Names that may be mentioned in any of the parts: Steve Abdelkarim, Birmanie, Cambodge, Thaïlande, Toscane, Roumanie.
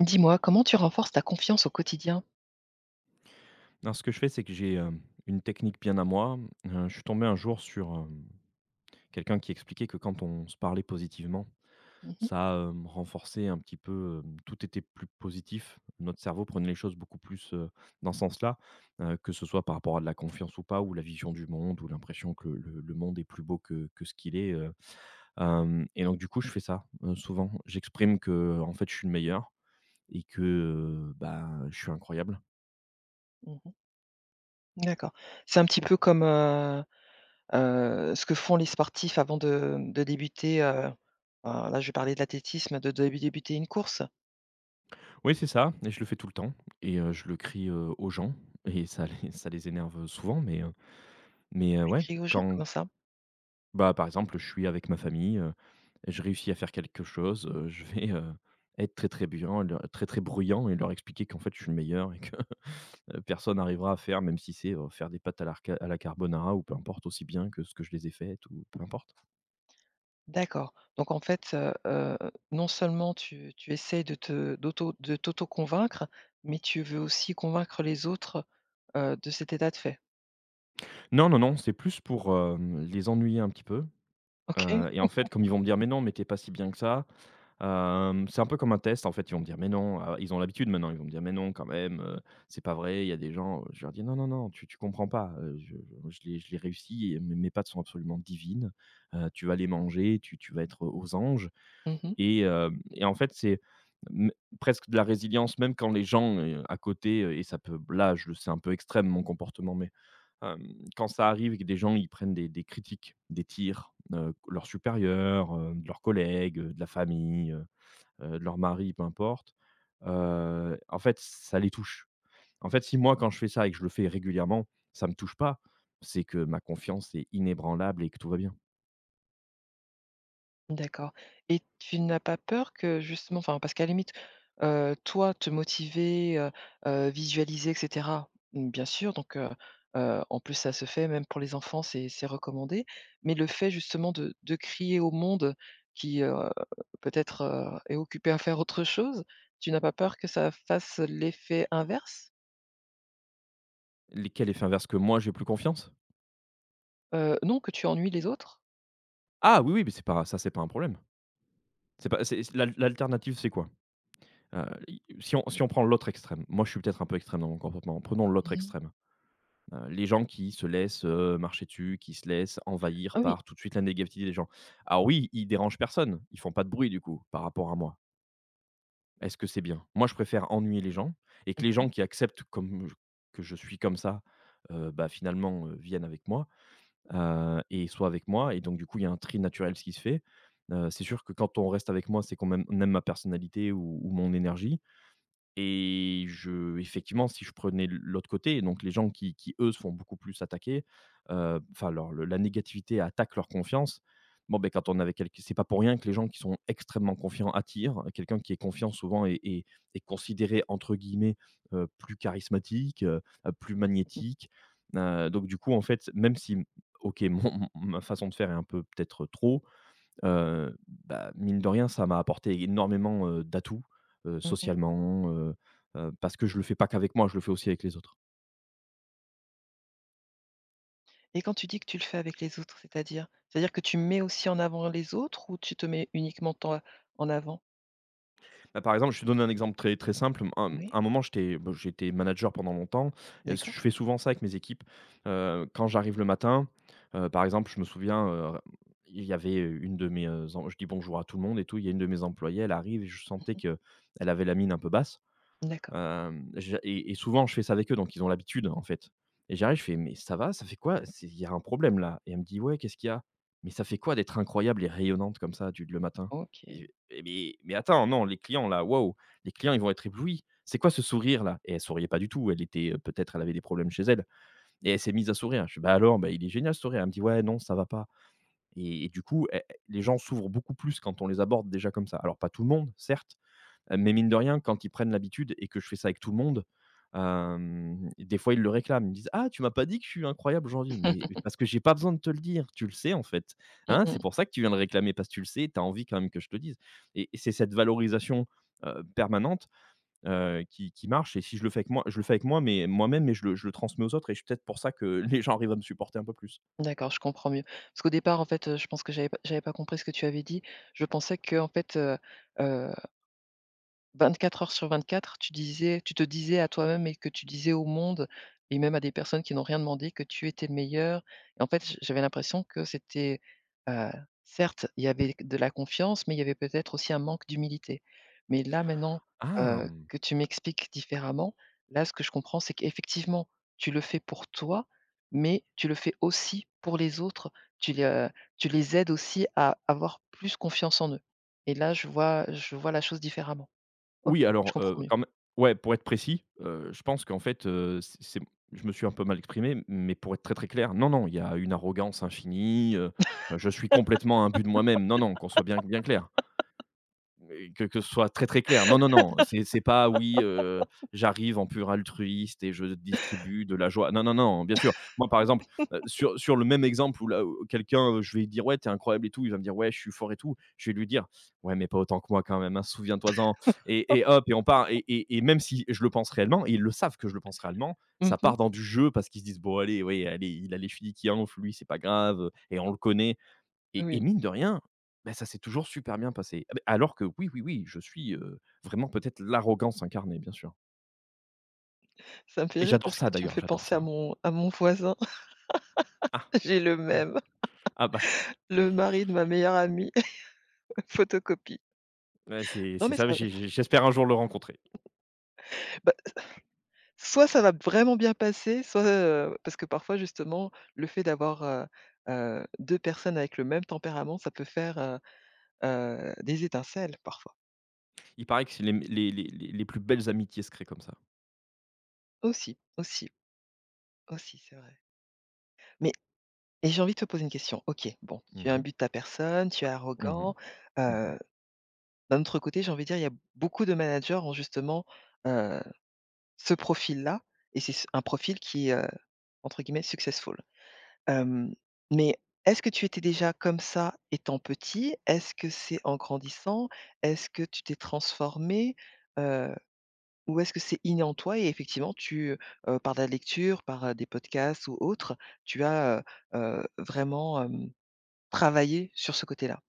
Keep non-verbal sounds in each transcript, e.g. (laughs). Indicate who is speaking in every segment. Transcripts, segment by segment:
Speaker 1: Dis-moi, comment tu renforces ta confiance au quotidien?
Speaker 2: Non, ce que je fais, c'est que j'ai, une technique bien à moi. Je suis tombé un jour sur, quelqu'un qui expliquait que quand on se parlait positivement,
Speaker 1: Mmh mh.
Speaker 2: ça, renforçait un petit peu, tout était plus positif. Notre cerveau prenait les choses beaucoup plus, dans ce sens-là, que ce soit par rapport à de la confiance ou pas, ou la vision du monde, ou l'impression que le monde est plus beau que ce qu'il est. Et donc du coup, je fais ça, souvent. J'exprime que, en fait, je suis le meilleur et que, bah, je suis incroyable.
Speaker 1: Mmh. D'accord. C'est un petit peu comme, ce que font les sportifs avant de débuter, alors là, je vais parler de l'athlétisme, de débuter une course.
Speaker 2: Oui, c'est ça et je le fais tout le temps et je le crie, aux gens et ça les énerve, souvent mais
Speaker 1: Tu
Speaker 2: ouais,
Speaker 1: cries aux gens
Speaker 2: quand
Speaker 1: comme ça?
Speaker 2: bah, par exemple, je suis avec ma famille, je réussis à faire quelque chose, je vais, être très, très bruyant, et leur expliquer qu'en fait, je suis le meilleur et que, (laughs) personne n'arrivera à faire même si c'est, faire des pâtes à la carbonara ou peu importe, aussi bien que ce que je les ai faites ou peu importe.
Speaker 1: D'accord. Donc en fait, non seulement tu essaies de te d'auto de t'auto-convaincre, mais tu veux aussi convaincre les autres, de cet état de fait.
Speaker 2: Non, non, non, c'est plus pour, les ennuyer un petit peu.
Speaker 1: OK.
Speaker 2: Et en fait, comme ils vont me dire: «Mais non, mais t'es pas si bien que ça», c'est un peu comme un test, en fait. Ils vont me dire: «Mais non», ils ont l'habitude maintenant, ils vont me dire: «Mais non, quand même, c'est pas vrai, il y a des gens», je leur dis: «Non, non, non, tu comprends pas, je l'ai réussi et mes pâtes sont absolument divines, tu vas les manger, tu vas être, aux anges»
Speaker 1: Mmh.
Speaker 2: et en fait, c'est m presque de la résilience, même quand les gens, à côté, et ça peut là, je c'est un peu extrême mon comportement, mais. Quand ça arrive et que des gens, ils prennent des critiques, des tirs, leurs supérieurs, de leurs collègues, de la famille, de leur mari, peu importe, en fait, ça les touche. En fait, si moi, quand je fais ça et que je le fais régulièrement, ça me touche pas, c'est que ma confiance est inébranlable et que tout va bien.
Speaker 1: D'accord, et tu n'as pas peur que justement, enfin, parce qu'à la limite, toi, te motiver, visualiser et cetera, bien sûr, donc en plus, ça se fait même pour les enfants, c'est recommandé. Mais le fait justement de crier au monde qui, peut-être, est occupé à faire autre chose, tu n'as pas peur que ça fasse l'effet inverse?
Speaker 2: Les quel effet inverse? Que moi, j'ai plus confiance?
Speaker 1: Non, que tu ennuies les autres?
Speaker 2: Ah oui, oui, mais c'est pas ça, c'est pas un problème. C'est pas c'est c'est l'alternative, c'est quoi? I Si on prend l'autre extrême, moi, je suis peut-être un peu extrême dans mon comportement, prenons l'autre
Speaker 1: Mmh.
Speaker 2: extrême. Les gens qui se laissent, marcher dessus, qui se laissent envahir
Speaker 1: Ah oui.
Speaker 2: par tout de suite la négativité des gens. Alors oui, ils dérangent personne, ils font pas de bruit du coup, par rapport à moi. Est-ce que c'est bien? Moi, je préfère ennuyer les gens et que les gens qui acceptent comme je que je suis comme ça, bah, finalement, viennent avec moi, et soient avec moi et donc du coup, il y a un tri naturel ce qui se fait. C'est sûr que quand on reste avec moi, c'est qu'on m'aime, on aime ma personnalité ou mon énergie. Et je Effectivement, si je prenais l'autre côté, donc les gens qui eux se font beaucoup plus attaquer, enfin leur le la négativité attaque leur confiance. Bon, ben quand on avait quelqu'un, c'est pas pour rien que les gens qui sont extrêmement confiants attirent. Quelqu'un qui est confiant souvent est est considéré entre guillemets, «plus charismatique», «plus magnétique». Donc du coup, en fait, même si, OK, mon mon ma façon de faire est un peu peut-être trop. Heu, Bah, mine de rien, ça m'a apporté énormément, d'atouts,
Speaker 1: (laughs)
Speaker 2: socialement, parce que je le fais pas qu'avec moi, je le fais aussi avec les autres.
Speaker 1: Et quand tu dis que tu le fais avec les autres, c'est-à-dire? C'est-à-dire que tu mets aussi en avant les autres, ou tu te mets uniquement toi en avant?
Speaker 2: Bah, par exemple, je te donne un exemple très, très simple. À
Speaker 1: Oui,
Speaker 2: un moment, j'étais manager pendant longtemps et
Speaker 1: d'accord.
Speaker 2: je fais souvent ça avec mes équipes. Quand j'arrive le matin, par exemple, je me souviens, il y avait une de mes, je dis bonjour à tout le monde et tout. Il y a une de mes employées, elle arrive et je sentais qu'elle avait la mine un peu basse.
Speaker 1: D'accord,
Speaker 2: Je et souvent je fais ça avec eux, donc ils ont l'habitude, en fait. Et j'arrive, je fais: «Mais ça va? Ça fait quoi? C'est il y a un problème là?» et elle me dit: «Ouais, qu'est-ce qu'il y a?» «Mais ça fait quoi d'être incroyable et rayonnante comme ça du le matin?»
Speaker 1: OK.
Speaker 2: Et mais attends, non, les clients là, waouh, les clients ils vont être éblouis. C'est quoi ce sourire là? Et elle souriait pas du tout, elle était, peut-être elle avait des problèmes chez elle et elle s'est mise à sourire. Je fais: «Bah alors? Bah il est génial ce sourire». Elle me dit: «Ouais, non, ça va pas» et du coup, les gens s'ouvrent beaucoup plus quand on les aborde déjà comme ça. Alors pas tout le monde, certes. Mais mine de rien, quand ils prennent l'habitude et que je fais ça avec tout le monde, des fois, ils le réclament. Ils me disent: «Ah, tu m'as pas dit que je suis incroyable aujourd'hui?» Mais
Speaker 1: (laughs)
Speaker 2: parce que j'ai pas besoin de te le dire, tu le sais, en fait,
Speaker 1: Mmh
Speaker 2: hein? C'est
Speaker 1: mh.
Speaker 2: pour ça que tu viens le réclamer, parce que tu le sais, tu as envie quand même que je te dise. Et c'est cette valorisation, permanente, qui marche et si je le fais avec moi je le fais avec moi, mais moi-même, je le transmets aux autres et c'est peut-être pour ça que (laughs) les gens arrivent à me supporter un peu plus.
Speaker 1: D'accord, je comprends mieux. Parce qu'au départ, en fait, je pense que j'avais pas compris ce que tu avais dit. Je pensais que, en fait, heu 24 heures sur 24, tu te disais à toi-même, et que tu disais au monde et même à des personnes qui n'ont rien demandé, que tu étais le meilleur, et en fait, j'avais l'impression que c'était, heu, certes, il y avait de la confiance, mais il y avait peut-être aussi un manque d'humilité. Mais là, maintenant,
Speaker 2: Ah!
Speaker 1: que tu m'expliques différemment, là, ce que je comprends, c'est qu'effectivement, tu le fais pour toi, mais tu le fais aussi pour les autres. Tu les, heu, tu les aides aussi à avoir plus confiance en eux, et là, je vois la chose différemment. OK,
Speaker 2: Oui, alors,
Speaker 1: je comprends mieux.
Speaker 2: quand mê ouais, pour être précis, je pense qu'en fait, c'est, je me suis un peu mal exprimé, mais pour être très, très clair, non, non, il y a une arrogance infinie, je suis complètement imbu de moi-même. Non, non, qu'on soit bien clair. Mais que ce soit très, très clair. Non, non, non, c'est pas: «Oui, j'arrive en pur altruiste et je distribue de la joie». Non, non, non, bien sûr. Moi, par exemple, sur le même exemple où là, où quelqu'un, je vais lui dire: «Ouais, t'es incroyable et tout», il va me dire: «Ouais, je suis fort et tout». Je vais lui dire: «Ouais, mais pas autant que moi quand même, hein, souviens-toi-en» et hop et on part et même si je le pense réellement et ils le savent que je le pense réellement,
Speaker 1: Mmh
Speaker 2: ça
Speaker 1: mh.
Speaker 2: part dans du jeu parce qu'ils se disent: «Bon allez, ouais allez, il a les chevilles qui enflent, lui, c'est pas grave, et on le connaît. Et
Speaker 1: Oui,
Speaker 2: mine de rien, ben ça s'est toujours super bien passé. Ah beh, alors que oui, oui, oui, je suis, vraiment peut-être l'arrogance incarnée, bien sûr.
Speaker 1: ça me fait
Speaker 2: Et
Speaker 1: rire
Speaker 2: j'adore
Speaker 1: parce que
Speaker 2: ça
Speaker 1: tu me
Speaker 2: d'ailleurs,
Speaker 1: fais
Speaker 2: j'adore
Speaker 1: penser
Speaker 2: ça.
Speaker 1: à mon voisin.
Speaker 2: Ah!
Speaker 1: (laughs) J'ai le
Speaker 2: Ah.
Speaker 1: même,
Speaker 2: Ah bah,
Speaker 1: le mari de ma meilleure amie, (laughs) photocopie.
Speaker 2: ouais, c'est
Speaker 1: Non
Speaker 2: c'est
Speaker 1: mais
Speaker 2: ça,
Speaker 1: ça,
Speaker 2: j'espère un jour le rencontrer.
Speaker 1: bah, soit ça va vraiment bien passer, soit, parce que parfois justement le fait d'avoir, 2 personnes avec le même tempérament, ça peut faire, des étincelles parfois.
Speaker 2: Il paraît que c'est les les plus belles amitiés se créent comme ça.
Speaker 1: Aussi, aussi, aussi, c'est vrai. Mais, et j'ai envie de te poser une question. OK, bon, tu
Speaker 2: Mmh mh.
Speaker 1: imbu de ta personne, tu es
Speaker 2: Mmh.
Speaker 1: arrogant,
Speaker 2: Mmh.
Speaker 1: heu D'un autre côté, j'ai envie de dire, il y a beaucoup de managers ont justement, heu, ce profil-là, et c'est s un profil qui est, entre guillemets «successful». Hem, mais est-ce que tu étais déjà comme ça étant petit? Est-ce que c'est en grandissant? Est-ce que tu t'es transformé? Heu, ou est-ce que c'est inné en toi, et effectivement tu, par la lecture, par, des podcasts ou autres, tu as, vraiment, travaillé sur ce côté-là?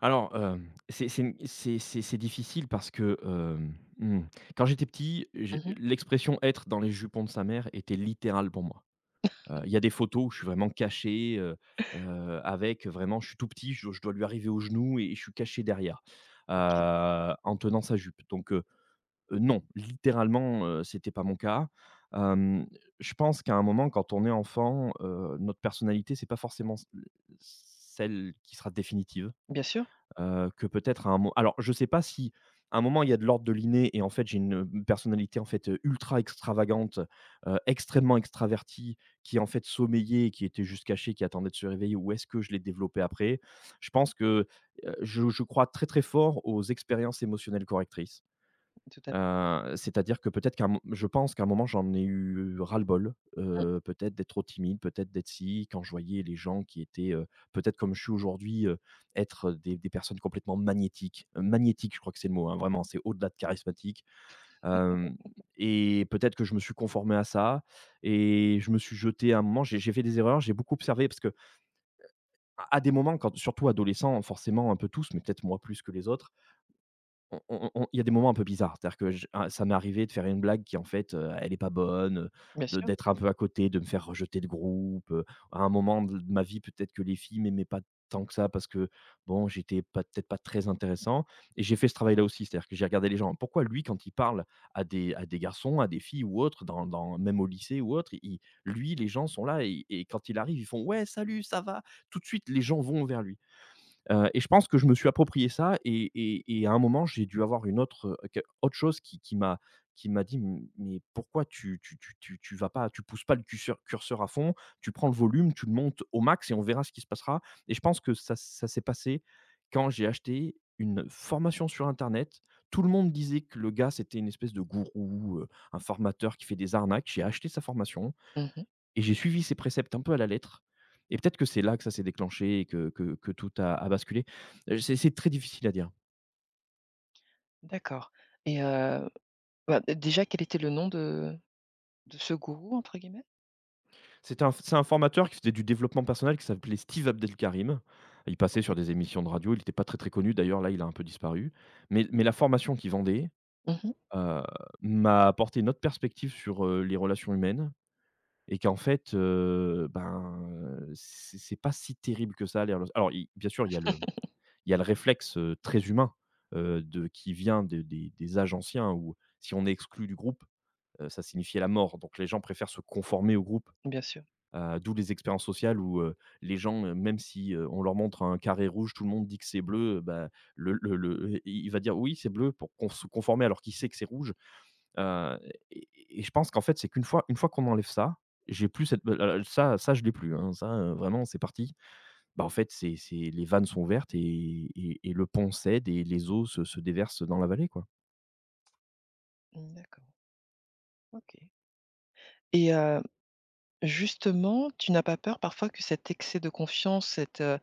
Speaker 2: Alors, c'est une c'est difficile parce que, mmh, quand j'étais petit, j'ai
Speaker 1: Mmh.
Speaker 2: l'expression «être dans les jupons de sa mère» était littérale pour moi. Il y a des photos où je suis vraiment caché, avec vraiment je suis tout petit, je dois lui arriver aux genoux et je suis caché derrière,
Speaker 1: OK.
Speaker 2: en tenant sa jupe. Donc non, littéralement, c'était pas mon cas. Hem, je pense qu'à un moment quand on est enfant, notre personnalité, c'est pas forcément c celle qui sera définitive.
Speaker 1: Bien sûr,
Speaker 2: Que peut-être à un moment. Alors je sais pas si à un moment il y a de l'ordre de l'inné et en fait j'ai une, personnalité en fait, ultra extravagante, extrêmement extravertie qui en fait sommeillait, qui était juste cachée, qui attendait de se réveiller ou est-ce que je l'ai développé après? Je pense que, je crois très, très fort aux expériences émotionnelles correctrices.
Speaker 1: tout à fait.
Speaker 2: C'est-à-dire que peut-être qu'à un mo je pense qu'à un moment j'en ai eu ras-le-bol,
Speaker 1: Mmh,
Speaker 2: peut-être d'être trop timide, peut-être d'être si, quand je voyais les gens qui étaient, peut-être comme je suis aujourd'hui, être des personnes complètement magnétiques. Magnétiques, je crois que c'est le mot, hein, vraiment, c'est au-delà de charismatique. Hem Et peut-être que je me suis conformé à ça et je me suis jeté à un moment, j'ai fait des erreurs, j'ai beaucoup observé parce qu'à à des moments, quand surtout adolescent, forcément un peu tous, mais peut-être moi plus que les autres, on il y a des moments un peu bizarres, c'est-à-dire que ça m'est arrivé de faire une blague qui en fait, elle est pas bonne,
Speaker 1: bien
Speaker 2: de
Speaker 1: sûr.
Speaker 2: d'être un peu à côté, de me faire rejeter de groupe, À un moment de ma vie, peut-être que les filles m'aimaient pas tant que ça parce que, bon, j'étais pas peut-être pas très intéressant et j'ai fait ce travail-là aussi, c'est-à-dire que j'ai regardé les gens. Pourquoi lui, quand il parle à des garçons, à des filles ou autres, dans même au lycée ou autre, les gens sont là et quand il arrive, ils font: «Ouais, salut, ça va?» Tout de suite, les gens vont vers lui. Et je pense que je me suis approprié ça et à un moment, j'ai dû avoir une autre, que autre chose qui m'a qui m'a dit: «M Mais pourquoi tu pousses pas le curseur à fond, tu prends le volume, tu le montes au max et on verra ce qui se passera» et je pense que ça s'est passé quand j'ai acheté une formation sur internet. Tout le monde disait que le gars, c'était une espèce de gourou, un formateur qui fait des arnaques. J'ai acheté sa formation,
Speaker 1: Mmh.
Speaker 2: et j'ai suivi ses préceptes un peu à la lettre et peut-être que c'est là que ça s'est déclenché et que tout a basculé. C'est très difficile à dire.
Speaker 1: D'accord, et bah, d déjà quel était le nom de ce «gourou» entre guillemets?
Speaker 2: C'est un formateur qui faisait du développement personnel qui s'appelait Steve Abdelkarim. Il passait
Speaker 1: OK.
Speaker 2: sur des émissions de radio, il n'était pas très, très connu d'ailleurs, là, il a un peu disparu. Mais la formation qu'il vendait,
Speaker 1: Mmh. (laughs)
Speaker 2: heu, m'a apporté une autre perspective sur, les relations humaines et qu'en fait, ben, c'est pas si terrible que ça les rela alors i bien sûr, il y a le il y a le réflexe très humain qui vient des âges anciens où si on est exclu du groupe, ça signifiait la mort. Donc les gens préfèrent se conformer au groupe,
Speaker 1: Bien sûr.
Speaker 2: d'où les expériences sociales où les gens, même si on leur montre un carré rouge, tout le monde dit que c'est bleu, bah, il va dire oui, c'est bleu pour qu'on se conformer alors qu'il sait que c'est rouge. Euh, et, et je pense qu'en fait, c'est qu'une fois, une fois qu'on enlève ça, j'ai plus cette. Ça, ça je l'ai plus, hein. Ça, vraiment, c'est parti. Bah, en fait, c'est les vannes sont ouvertes et et le pont cède et les eaux se déversent dans la vallée, quoi.
Speaker 1: Mmh, d'accord, OK, et justement, tu n'as pas peur parfois que cet excès de confiance, cette, heu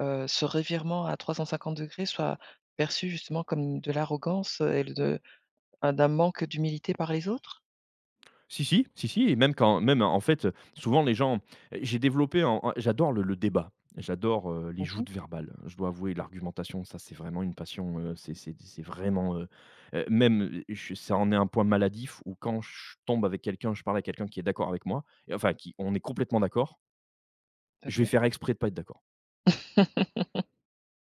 Speaker 1: heu, ce revirement à 350 degrés, soit perçu justement comme de l'arrogance, et de un d'un manque d'humilité par les autres?
Speaker 2: Si, si, si, si et même quand même en fait, souvent les gens j'ai développé en en j'adore le débat, j'adore, les
Speaker 1: Mmh.
Speaker 2: joutes verbales. Je dois avouer l'argumentation, ça c'est vraiment une passion, c'est vraiment, même, je ça en est un point maladif où quand je tombe avec quelqu'un, je parle à quelqu'un qui est d'accord avec moi et enfin qui on est complètement d'accord, je vais
Speaker 1: OK.
Speaker 2: faire exprès de pas être d'accord.
Speaker 1: (laughs)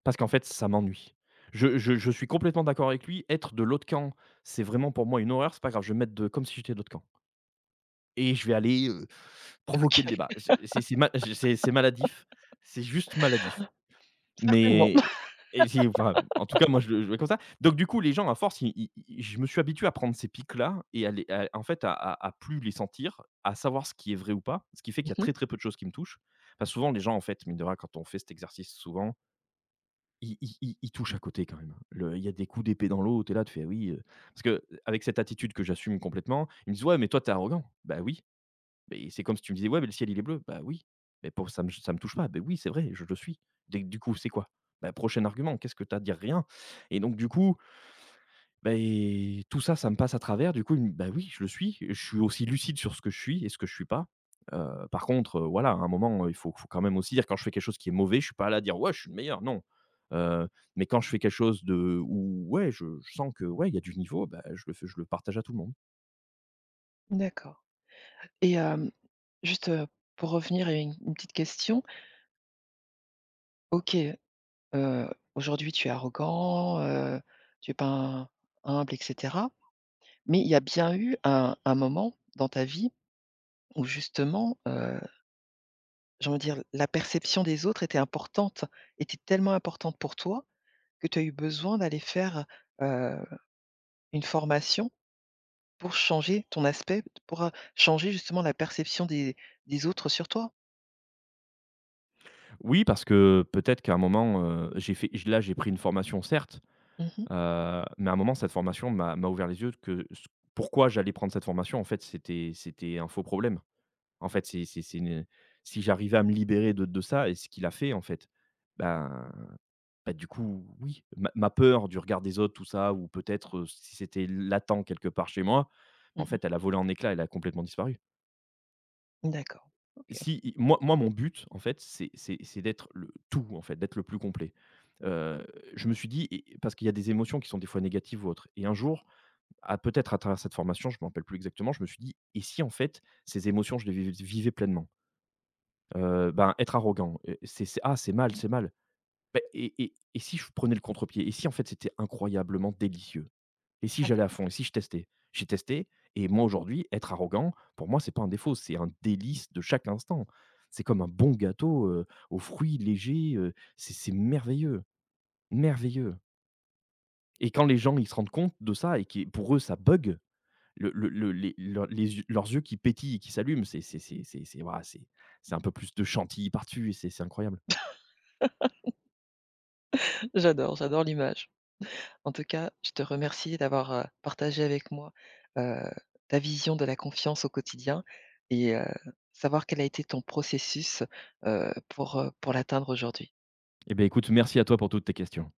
Speaker 2: Parce qu'en fait, ça m'ennuie. Je suis complètement d'accord avec lui, être de l'autre camp, c'est vraiment pour moi une horreur, c'est pas grave, je vais me mettre de comme si j'étais de l'autre camp et je vais aller, provoquer
Speaker 1: OK.
Speaker 2: le débat. C'est maladif, c'est juste maladif.
Speaker 1: Certainement.
Speaker 2: Mais et c'est enfin, en tout cas, moi, je le vois comme ça. Donc du coup, les gens, à force, ils ils ils je me suis habitué à prendre ces pics-là et à les à en fait, à plus les sentir, à savoir ce qui est vrai ou pas, ce qui fait qu'il y a
Speaker 1: Mmh.
Speaker 2: très, très peu de choses qui me touchent. Enfin, souvent, les gens, en fait, mine de rien, quand on fait cet exercice souvent, il touche à côté quand même, hein. Le Il y a des coups d'épée dans l'eau, tu es là, tu fais: «Oui, heu», parce que, avec cette attitude que j'assume complètement, ils me disent: «Ouais, mais toi, t'es arrogant». Bah oui, mais c'est comme si tu me disais: «Ouais, mais le ciel, il est bleu». Bah oui, mais pour ça me touche pas. Bah oui, c'est vrai, je le suis. Dès Du coup, c'est quoi? Bah, prochain argument, qu'est-ce que t'as à dire? Rien et donc du coup, ben tout ça, ça me passe à travers. Du coup, une bah, oui, je le suis. Je suis aussi lucide sur ce que je suis et ce que je suis pas. Par contre, voilà, à un moment, il faut faut quand même aussi dire quand je fais quelque chose qui est mauvais, je suis pas là à dire: «Ouais, je suis le meilleur», non. Heu, mais quand je fais quelque chose de où ouais, je sens que, ouais, il y a du niveau, ben je le partage à tout le monde.
Speaker 1: D'accord, et juste, pour revenir à une petite question. OK. Heu, aujourd'hui tu es arrogant, tu es pas humble et cetera. Mais il y a bien eu un moment dans ta vie où justement, j'ai envie de dire la perception des autres était importante, était tellement importante pour toi, que tu as eu besoin d'aller faire, heu, une formation pour changer ton aspect, pour, changer justement la perception des autres sur toi?
Speaker 2: Oui, parce que peut-être qu'à un moment, j'ai fait j là, j'ai pris une formation certes,
Speaker 1: Mmh mh.
Speaker 2: mais à un moment, cette formation m'a ouvert les yeux que ce pourquoi j'allais prendre cette formation, en fait, c'était un faux problème. En fait, c'est une si j'arrivais à me libérer de ça et ce qu'il a fait, en fait, ben du coup, oui, ma peur du regard des autres, tout ça, ou peut-être, si c'était latent quelque part chez moi, en
Speaker 1: Mmh.
Speaker 2: fait, elle a volé en éclats, elle a complètement disparu.
Speaker 1: D'accord. OK.
Speaker 2: Si i moi moi, Mon but, en fait, c'est d'être le tout, en fait, d'être le plus complet. Heu, je me suis dit parce qu'il y a des émotions qui sont des fois négatives ou autres et un jour, à peut-être à travers cette formation, je ne me rappelle plus exactement, je me suis dit: «Et si, en fait, ces émotions, je les vivais pleinement?» Ben, être arrogant, c'est: «Ah, c'est mal, c'est mal». Beh Et et si je prenais le contre-pied? Et si, en fait, c'était incroyablement délicieux? Et si j'allais à fond? Et si je testais? J'ai testé et moi, aujourd'hui, être arrogant, pour moi, c'est pas un défaut, c'est un délice de chaque instant. C'est comme un bon gâteau, aux fruits légers, c'est merveilleux, merveilleux, et quand les gens, ils se rendent compte de ça et que pour eux, ça bug, le les leurs les yeux leurs yeux qui pétillent et qui s'allument, c'est waouh, c'est un peu plus de chantilly par-dessus et c'est incroyable.
Speaker 1: J'adore, j'adore l'image. En tout cas, je te remercie d'avoir, partagé avec moi, heu, ta vision de la confiance au quotidien, et savoir quel a été ton processus, pour l'atteindre aujourd'hui.
Speaker 2: Eh bien, écoute, merci à toi pour toutes tes questions.